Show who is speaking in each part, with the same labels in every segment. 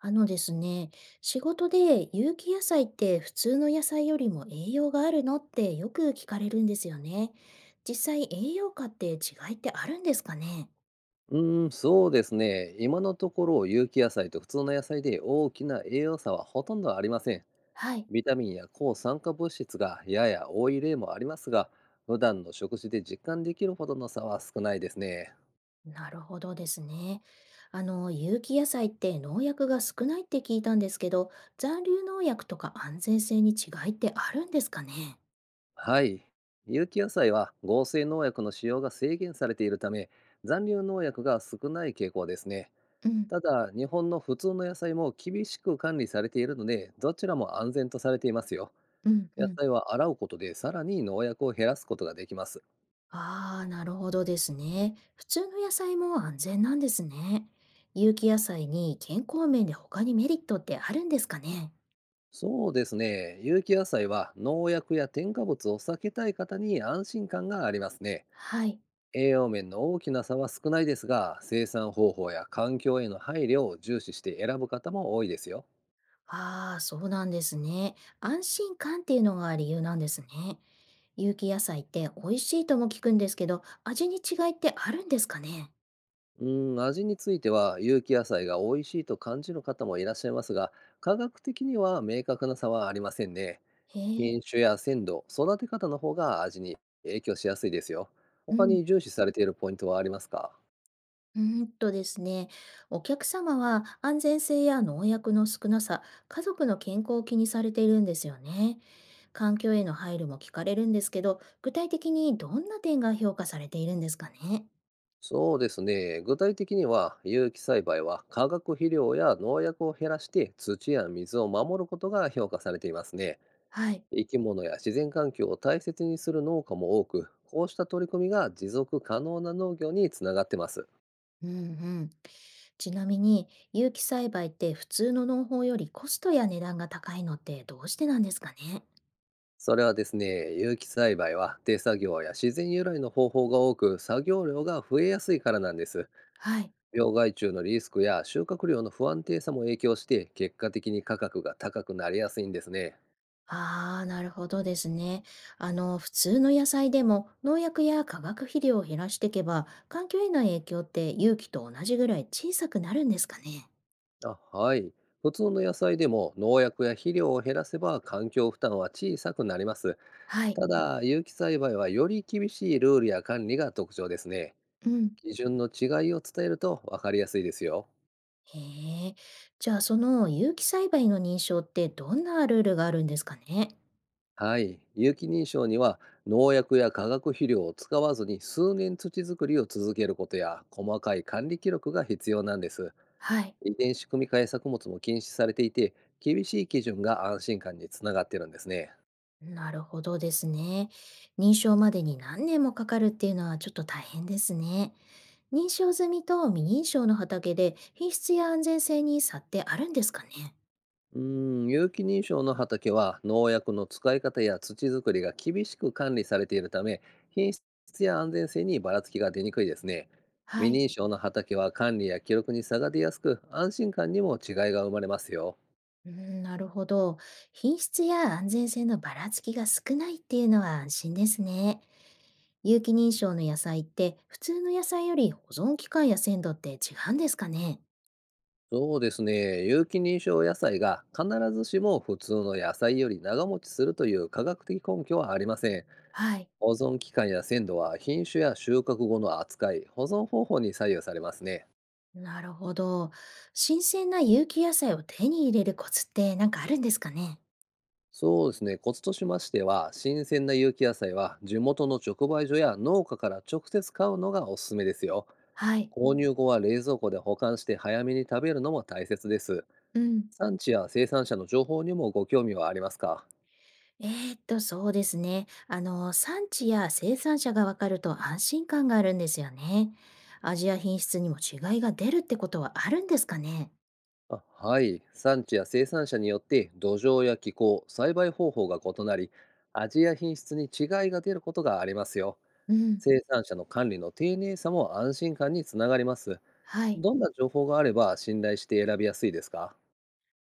Speaker 1: あのですね、仕事で有機野菜って普通の野菜よりも栄養があるのってよく聞かれるんですよね。実際栄養価って違いってあるんですかね？
Speaker 2: うーん、そうですね。今のところ有機野菜と普通の野菜で大きな栄養差はほとんどありません。
Speaker 1: はい。
Speaker 2: ビタミンや抗酸化物質がやや多い例もありますが、普段の食事で実感できるほどの差は少ないですね。
Speaker 1: なるほどですね。あの、有機野菜って農薬が少ないって聞いたんですけど、残留農薬とか安全性に違いってあるんですかね？
Speaker 2: はい。有機野菜は合成農薬の使用が制限されているため、残留農薬が少ない傾向ですね。
Speaker 1: うん。
Speaker 2: ただ、日本の普通の野菜も厳しく管理されているので、どちらも安全とされていますよ。
Speaker 1: うんう
Speaker 2: 野
Speaker 1: ん。
Speaker 2: 菜は洗うことでさらに農薬を減らすことができます。
Speaker 1: ああ、なるほどですね。普通の野菜も安全なんですね。有機野菜に健康面で他にメリットってあるんですかね？
Speaker 2: そうですね。有機野菜は農薬や添加物を避けたい方に安心感がありますね。
Speaker 1: はい。
Speaker 2: 栄養面の大きな差は少ないですが、生産方法や環境への配慮を重視して選ぶ方も多いですよ。
Speaker 1: ああ、そうなんですね。安心感っていうのが理由なんですね。有機野菜って美味しいとも聞くんですけど、味に違いってあるんですかね？
Speaker 2: うーん、味については有機野菜が美味しいと感じる方もいらっしゃいますが、科学的には明確な差はありませんね。
Speaker 1: へえ、
Speaker 2: 品種や鮮度、育て方の方が味に影響しやすいですよ。
Speaker 1: う
Speaker 2: 他
Speaker 1: ん。
Speaker 2: に重視されているポイントはありますか？
Speaker 1: うーんとですね、お客様は安全性や農薬の少なさ、家族の健康を気にされているんですよね。環境への配慮も聞かれるんですけど、具体的にどんな点が評価されているんですかね。
Speaker 2: そうですね。具体的には有機栽培は化学肥料や農薬を減らして土や水を守ることが評価されていますね。
Speaker 1: はい。
Speaker 2: 生き物や自然環境を大切にする農家も多く、こうした取り組みが持続可能な農業につながってます。
Speaker 1: うんうん。ちなみに、有機栽培って普通の農法よりコストや値段が高いのってどうしてなんですかね。
Speaker 2: それはですね、有機栽培は手作業や自然由来の方法が多く、作業量が増えやすいからなんです。
Speaker 1: はい。
Speaker 2: 病害虫のリスクや収穫量の不安定さも影響して、結果的に価格が高くなりやすいんですね。
Speaker 1: ああ、なるほどですね。あの、普通の野菜でも農薬や化学肥料を減らしていけば、環境への影響って有機と同じぐらい小さくなるんですかね。
Speaker 2: あ、はい。普通の野菜でも農薬や肥料を減らせば環境負担は小さくなります。
Speaker 1: はい。
Speaker 2: ただ、有機栽培はより厳しいルールや管理が特徴ですね。
Speaker 1: うん。
Speaker 2: 基準の違いを伝えると分かりやすいですよ。
Speaker 1: へえ。じゃあ、その有機栽培の認証ってどんなルールがあるんですかね。
Speaker 2: はい、有機認証には農薬や化学肥料を使わずに数年土作りを続けることや細かい管理記録が必要なんです。
Speaker 1: はい。
Speaker 2: 遺伝子組み換え作物も禁止されていて、厳しい基準が安心感につながってるんですね。
Speaker 1: なるほどですね。認証までに何年もかかるっていうのはちょっと大変ですね。認証済みと未認証の畑で品質や安全性に差ってあるんですかね。
Speaker 2: うーん、有機認証の畑は農薬の使い方や土作りが厳しく管理されているため、品質や安全性にばらつきが出にくいですね。
Speaker 1: は
Speaker 2: 未
Speaker 1: い。
Speaker 2: 認証の畑は管理や記録に差が出やすく、安心感にも違いが生まれますよ。
Speaker 1: うん、なるほど。品質や安全性のばらつきが少ないっていうのは安心ですね。有機認証の野菜って普通の野菜より保存期間や鮮度って違うんですかね？
Speaker 2: そうですね。有機認証野菜が必ずしも普通の野菜より長持ちするという科学的根拠はありません。
Speaker 1: はい。
Speaker 2: 保存期間や鮮度は品種や収穫後の扱い、保存方法に左右されますね。
Speaker 1: なるほど。新鮮な有機野菜を手に入れるコツって何かあるんですかね？
Speaker 2: そうですね。コツとしましては、新鮮な有機野菜は地元の直売所や農家から直接買うのがおすすめですよ。
Speaker 1: はい。
Speaker 2: 購入後は冷蔵庫で保管して早めに食べるのも大切です。
Speaker 1: うん。
Speaker 2: 産地や生産者の情報にもご興味はありますか？
Speaker 1: えそうですね。あの、産地や生産者がわかると安心感があるんですよね。味や品質にも違いが出るってことはあるんですかね？
Speaker 2: あはい、産地や生産者によって土壌や気候、栽培方法が異なり、味や品質に違いが出ることがありますよ。
Speaker 1: うん。
Speaker 2: 生産者の管理の丁寧さも安心感につながります。
Speaker 1: はい。
Speaker 2: どんな情報があれば信頼して選びやすいですか？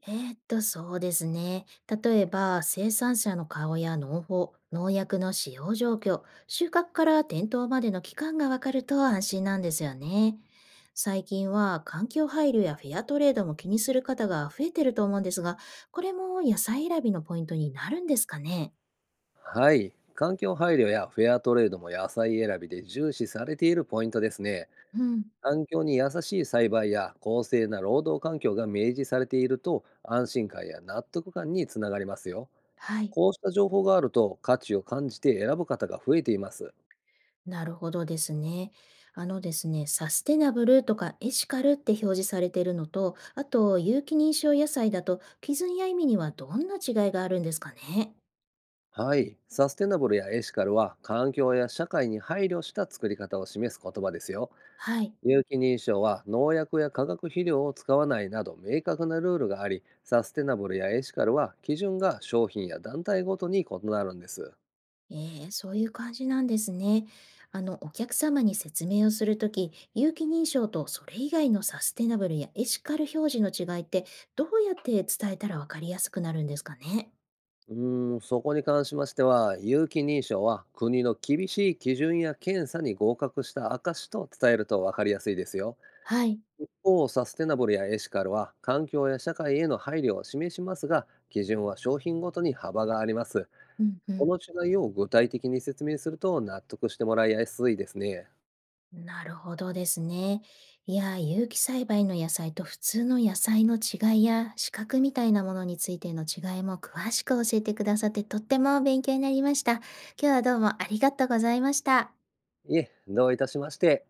Speaker 1: そうですね。例えば、生産者の顔や農法、農薬の使用状況、収穫から点灯までの期間がわかると安心なんですよね。最近は環境配慮やフェアトレードも気にする方が増えてると思うんですが、これも野菜選びのポイントになるんですかね？
Speaker 2: はい、環境配慮やフェアトレードも野菜選びで重視されているポイントですね。
Speaker 1: うん。
Speaker 2: 環境に優しい栽培や公正な労働環境が明示されていると、安心感や納得感につながりますよ。
Speaker 1: はい。
Speaker 2: こうした情報があると、価値を感じて選ぶ方が増えています。
Speaker 1: なるほどですね。サステナブルとかエシカルって表示されているのと、あと有機認証野菜だと基準や意味にはどんな違いがあるんですかね。
Speaker 2: はい。サステナブルやエシカルは環境や社会に配慮した作り方を示す言葉ですよ。
Speaker 1: はい。
Speaker 2: 有機認証は農薬や化学肥料を使わないなど明確なルールがあり、サステナブルやエシカルは基準が商品や団体ごとに異なるんです。
Speaker 1: えー、そういう感じなんですね。あの、お客様に説明をするとき、有機認証とそれ以外のサステナブルやエシカル表示の違いって、どうやって伝えたらわかりやすくなるんですかね。
Speaker 2: うーん、そこに関しましては、有機認証は国の厳しい基準や検査に合格した証と伝えると分かりやすいですよ。
Speaker 1: はい。
Speaker 2: 一方、サステナブルやエシカルは環境や社会への配慮を示しますが、基準は商品ごとに幅があります。
Speaker 1: うんう
Speaker 2: こ
Speaker 1: ん。
Speaker 2: の違いを具体的に説明すると納得してもらいやすいですね。
Speaker 1: なるほどですね。いや、有機栽培の野菜と普通の野菜の違いや資格みたいなものについての違いも詳しく教えてくださってとっても勉強になりました。今日はどうもありがとうございました。
Speaker 2: いえ、どういたしまして。